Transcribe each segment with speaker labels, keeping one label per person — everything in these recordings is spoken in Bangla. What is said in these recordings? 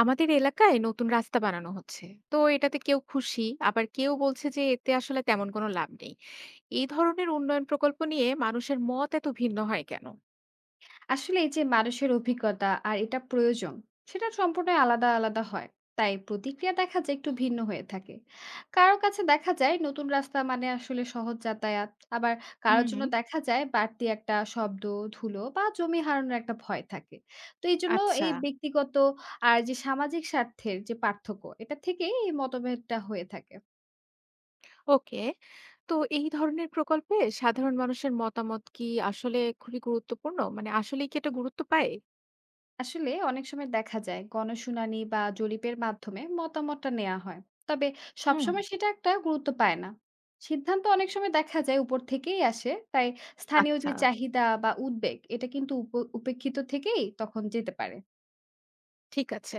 Speaker 1: আমাদের এলাকায় নতুন রাস্তা বানানো হচ্ছে তো এটাতে কেউ খুশি আবার কেউ বলছে যে এতে আসলে তেমন কোনো লাভ নেই। এই ধরনের উন্নয়ন প্রকল্প নিয়ে মানুষের মত এত ভিন্ন হয় কেন?
Speaker 2: আসলে এই যে মানুষের অভিজ্ঞতা আর এটা প্রয়োজন সেটা সম্পূর্ণ আলাদা আলাদা হয়। তাই প্রতিক্রিয়া দেখা যায় একটু ভিন্ন হয়ে থাকে। কারো কাছে দেখা যায় নতুন রাস্তা মানে আসলে সহজ যাতায়াত, আবার কারোর
Speaker 1: হুম।
Speaker 2: জন্য দেখা যায় বাড়তি একটা শব্দ, ধুলো বা জমি হারানোর একটা ভয় থাকে। তো এই জন্য
Speaker 1: আচ্ছা।
Speaker 2: এই ব্যক্তিগত আর যে সামাজিক স্বার্থের যে পার্থক্য, এটা থেকেই এই মতভেদটা হয়ে থাকে।
Speaker 1: ওকে। তো এই ধরনের প্রকল্পে সাধারণ মানুষের মতামত কি আসলে খুবই গুরুত্বপূর্ণ, মানে আসলেই কি এটা গুরুত্ব পায়?
Speaker 2: আসলে অনেক সময় দেখা যায় গণশুনানি বা জরিপের মাধ্যমে মতামতটা নেওয়া হয়, তবে
Speaker 1: হুম।
Speaker 2: সবসময় সেটা একটা গুরুত্ব পায় না। সিদ্ধান্ত অনেক সময় দেখা যায় উপর থেকেই আসে, তাই স্থানীয় যে
Speaker 1: আচ্ছা,
Speaker 2: চাহিদা বা উদ্বেগ এটা কিন্তু উপেক্ষিত থেকেই তখন যেতে পারে।
Speaker 1: ঠিক আছে।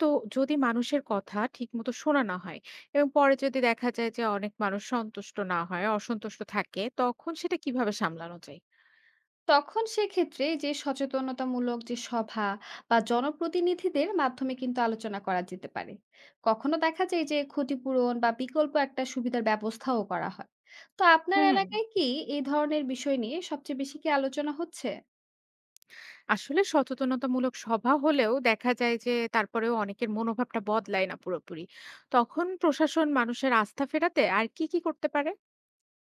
Speaker 1: তো যদি মানুষের কথা ঠিকমতো শোনা না হয় এবং পরে যদি দেখা যায় যে অনেক মানুষ সন্তুষ্ট না হয়, অসন্তুষ্ট থাকে, তখন সেটা কিভাবে সামলানো যায়?
Speaker 2: তখন সেক্ষেত্রে যে সচেতনতামূলক যে সভা বা জনপ্রতিনিধিদের মাধ্যমে কিন্তু আলোচনা করা যেতে পারে। কখনো দেখা যায় যে ক্ষতিপূরণ বা বিকল্প একটা সুবিধার ব্যবস্থাও করা হয়। তো আপনার
Speaker 1: হুম।
Speaker 2: এলাকায় কি এই ধরনের বিষয় নিয়ে সবচেয়ে বেশি কি আলোচনা হচ্ছে?
Speaker 1: আসলে সচেতনতামূলক সভা হলেও দেখা যায় যে তারপরেও অনেকের মনোভাবটা বদলায় না পুরোপুরি। তখন প্রশাসন মানুষের আস্থা ফেরাতে আর কি করতে পারে?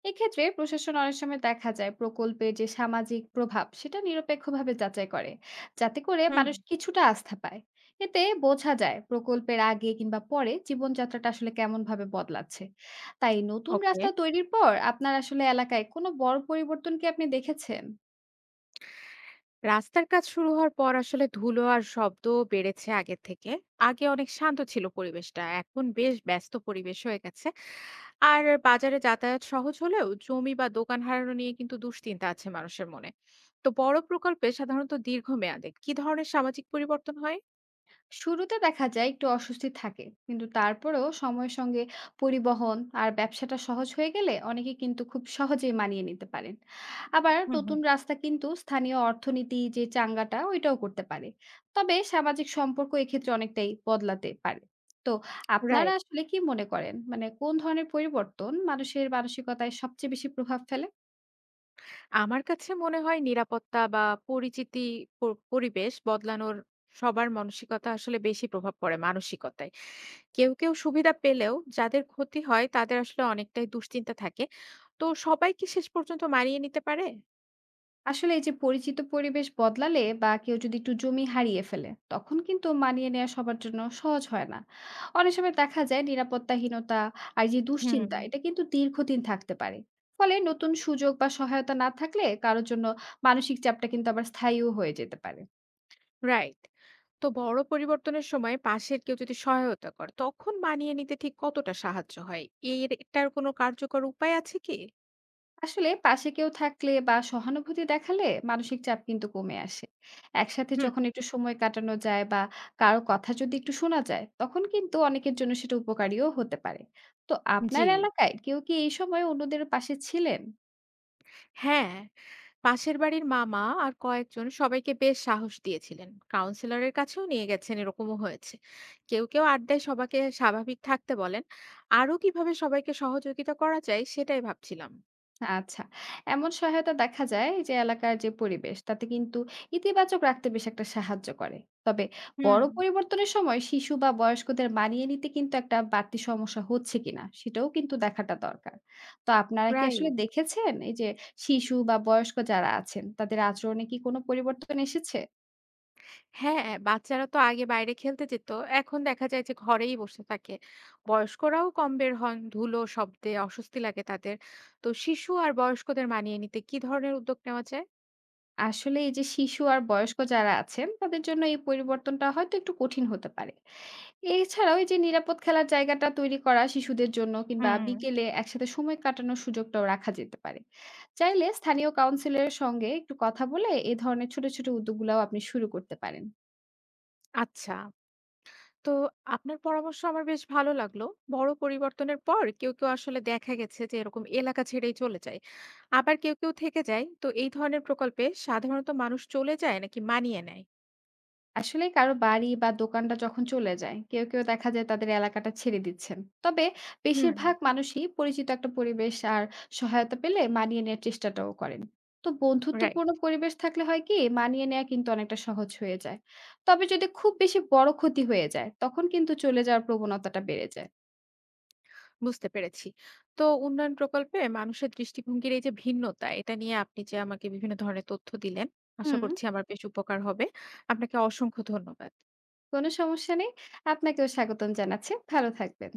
Speaker 2: এক্ষেত্রে প্রশাসন অনেক সময় দেখা যায় প্রকল্পের যে সামাজিক প্রভাব সেটা নিরপেক্ষভাবে যাচাই করে, যাতে করে
Speaker 1: হুম।
Speaker 2: মানুষ কিছুটা আস্থা পায়। এতে বোঝা যায় প্রকল্পের আগে কিংবা পরে জীবনযাত্রাটা আসলে কেমন ভাবে বদলাচ্ছে। তাই নতুন
Speaker 1: ওকে।
Speaker 2: রাস্তা তৈরির পর আপনার আসলে এলাকায় কোনো বড় পরিবর্তন কি আপনি দেখেছেন?
Speaker 1: রাস্তার কাজ শুরু হওয়ার পর আসলে ধুলো আর শব্দ বেড়েছে আগের থেকে। আগে অনেক শান্ত ছিল পরিবেশটা। এখন বেশ ব্যস্ত পরিবেশ হয়ে গেছে। আর বাজারে যাতায়াত সহজ হলেও জমি বা দোকান হারানো নিয়ে কিন্তু দুশ্চিন্তা আছে মানুষের মনে। তো বড় প্রকল্পে সাধারণত দীর্ঘমেয়াদে কি ধরনের সামাজিক পরিবর্তন হয়?
Speaker 2: শুরুতে দেখা যায় একটু অস্বস্তি থাকে, কিন্তু তারপরেও সময়ের সঙ্গে পরিবহন আর ব্যবসাটা সহজ হয়ে গেলে অনেকে কিন্তু খুব সহজেই মানিয়ে নিতে পারেন। আবার
Speaker 1: হুম
Speaker 2: নতুন
Speaker 1: হুম।
Speaker 2: রাস্তা কিন্তু স্থানীয় অর্থনীতি যে চাঙ্গাটা ওইটাও করতে পারে। তবে সামাজিক সম্পর্ক এক্ষেত্রে অনেকটাই বদলাতে পারে। তো আপনারা
Speaker 1: রাইট।
Speaker 2: আসলে কি মনে করেন, মানে কোন ধরনের পরিবর্তন মানুষের মানসিকতায় সবচেয়ে বেশি প্রভাব ফেলে?
Speaker 1: আমার কাছে মনে হয় নিরাপত্তা বা পরিচিতি প পরিবেশ বদলানোর সবার মানসিকতা আসলে বেশি প্রভাব পড়ে মানসিকতায়। কেউ সুবিধা পেলেও যাদের ক্ষতি হয় তাদের আসলে অনেকটাই দুশ্চিন্তা থাকে। তো সবাই কি শেষ পর্যন্ত মানিয়ে নিতে পারে?
Speaker 2: আসলে এই যে পরিচিত পরিবেশ বদলালে বা কেউ যদি একটু জমি হারিয়ে ফেলে, তখন কিন্তু মানিয়ে নেওয়া সবার জন্য সহজ হয় না। অনেক সময় দেখা যায় নিরাপত্তাহীনতা আর যে
Speaker 1: হুম,
Speaker 2: দুশ্চিন্তা, এটা কিন্তু দীর্ঘদিন থাকতে পারে। ফলে নতুন সুযোগ বা সহায়তা না থাকলে কারোর জন্য মানসিক চাপটা কিন্তু আবার স্থায়ীও হয়ে যেতে পারে।
Speaker 1: রাইট। তো বড় পরিবর্তনের সময় পাশের কেউ যদি সহায়তা করে, তখন মানিয়ে নিতে ঠিক কতটা সাহায্য হয়? এটার কোনো কার্যকর উপায় আছে কি?
Speaker 2: আসলে পাশে কেউ থাকলে বা সহানুভূতি দেখালে মানসিক চাপ কিন্তু কমে আসে। একসাথে
Speaker 1: হুম,
Speaker 2: যখন একটু সময় কাটানো যায় বা কারো কথা যদি একটু শোনা যায়, তখন কিন্তু অনেকের জন্য সেটা উপকারীও হতে পারে। তো
Speaker 1: জি।
Speaker 2: আপনার এলাকায় কেউ কি এই সময় অন্যদের পাশে ছিলেন?
Speaker 1: হ্যাঁ, পাশের বাড়ির মামা আর কয়েকজন সবাইকে বেশ সাহস দিয়েছিলেন। কাউন্সিলরের কাছেও নিয়ে গেছেন, এরকমও হয়েছে। কেউ আড্ডায় সবাইকে স্বাভাবিক থাকতে বলেন। আরো কিভাবে সবাইকে সহযোগিতা করা যায় সেটাই ভাবছিলাম।
Speaker 2: আচ্ছা। এমন সহায়তা দেখা যায় যে এলাকার যে পরিবেশ, তাতে কিন্তু ইতিবাচক রাখতে বেশ একটা সাহায্য করে। তবে
Speaker 1: হুম।
Speaker 2: বড় পরিবর্তনের সময় শিশু বা বয়স্কদের মানিয়ে নিতে কিন্তু একটা বাড়তি সমস্যা হচ্ছে কিনা, সেটাও কিন্তু দেখাটা দরকার। তো আপনারা কি আসলে
Speaker 1: রাইট।
Speaker 2: দেখেছেন এই যে শিশু বা বয়স্ক যারা আছেন তাদের আচরণে কি কোনো পরিবর্তন এসেছে?
Speaker 1: হ্যাঁ, বাচ্চারা তো আগে বাইরে খেলতে যেত, এখন দেখা যায় যে ঘরেই বসে থাকে। বয়স্করাও কম বের হন, ধুলো শব্দে অস্বস্তি লাগে তাদের। তো শিশু আর বয়স্কদের মানিয়ে নিতে কি ধরনের উদ্যোগ নেওয়া যায়?
Speaker 2: আসলে এই যে শিশু আর বয়স্ক যারা আছেন তাদের জন্য এই পরিবর্তনটা হয়তো একটু কঠিন হতে পারে। এছাড়াও এই যে নিরাপদ খেলার জায়গাটা তৈরি করা শিশুদের জন্য কিংবা
Speaker 1: হুম।
Speaker 2: বিকেলে একসাথে সময় কাটানোর সুযোগটাও রাখা যেতে পারে। চাইলে স্থানীয় কাউন্সিলরের সঙ্গে একটু কথা বলে এ ধরনের ছোট, ছোট উদ্যোগগুলাও আপনি শুরু করতে পারেন।
Speaker 1: আচ্ছা। তো আপনার পরামর্শ আমার বেশ ভালো লাগলো। বড় পরিবর্তনের পর কেউ আসলে দেখা গেছে যে এরকম এলাকা ছেড়েই চলে যায়। আবার কেউ থেকে যায়। তো এই ধরনের প্রকল্পে সাধারণত মানুষ চলে যায় নাকি মানিয়ে নেয়?
Speaker 2: আসলে কারো বাড়ি বা দোকানটা যখন চলে যায়, কেউ, কেউ দেখা যায় তাদের এলাকাটা ছেড়ে দিচ্ছেন। তবে
Speaker 1: হুম।
Speaker 2: বেশিরভাগ মানুষই পরিচিত একটা পরিবেশ আর সহায়তা পেলে মানিয়ে নেয়ার চেষ্টাটাও করেন। তো
Speaker 1: রাইট,
Speaker 2: বন্ধুত্বপূর্ণ পরিবেশ থাকলে হয় কি, মানিয়ে নেয়া কিন্তু অনেকটা সহজ হয়ে যায়। তবে যদি খুব বেশি বড় ক্ষতি হয়ে যায়, তখন কিন্তু চলে যাওয়ার প্রবণতাটা বেড়ে যায়।
Speaker 1: বুঝতে পেরেছি। তো উন্নয়ন প্রকল্পে মানুষের দৃষ্টিভঙ্গির এই যে ভিন্নতা, এটা নিয়ে আপনি যে আমাকে বিভিন্ন ধরনের তথ্য দিলেন, আশা
Speaker 2: হুম,
Speaker 1: করছি আমার বেশ উপকার হবে। আপনাকে অসংখ্য ধন্যবাদ।
Speaker 2: কোনো সমস্যা নেই। আপনাকেও স্বাগতম জানাচ্ছি। ভালো থাকবেন।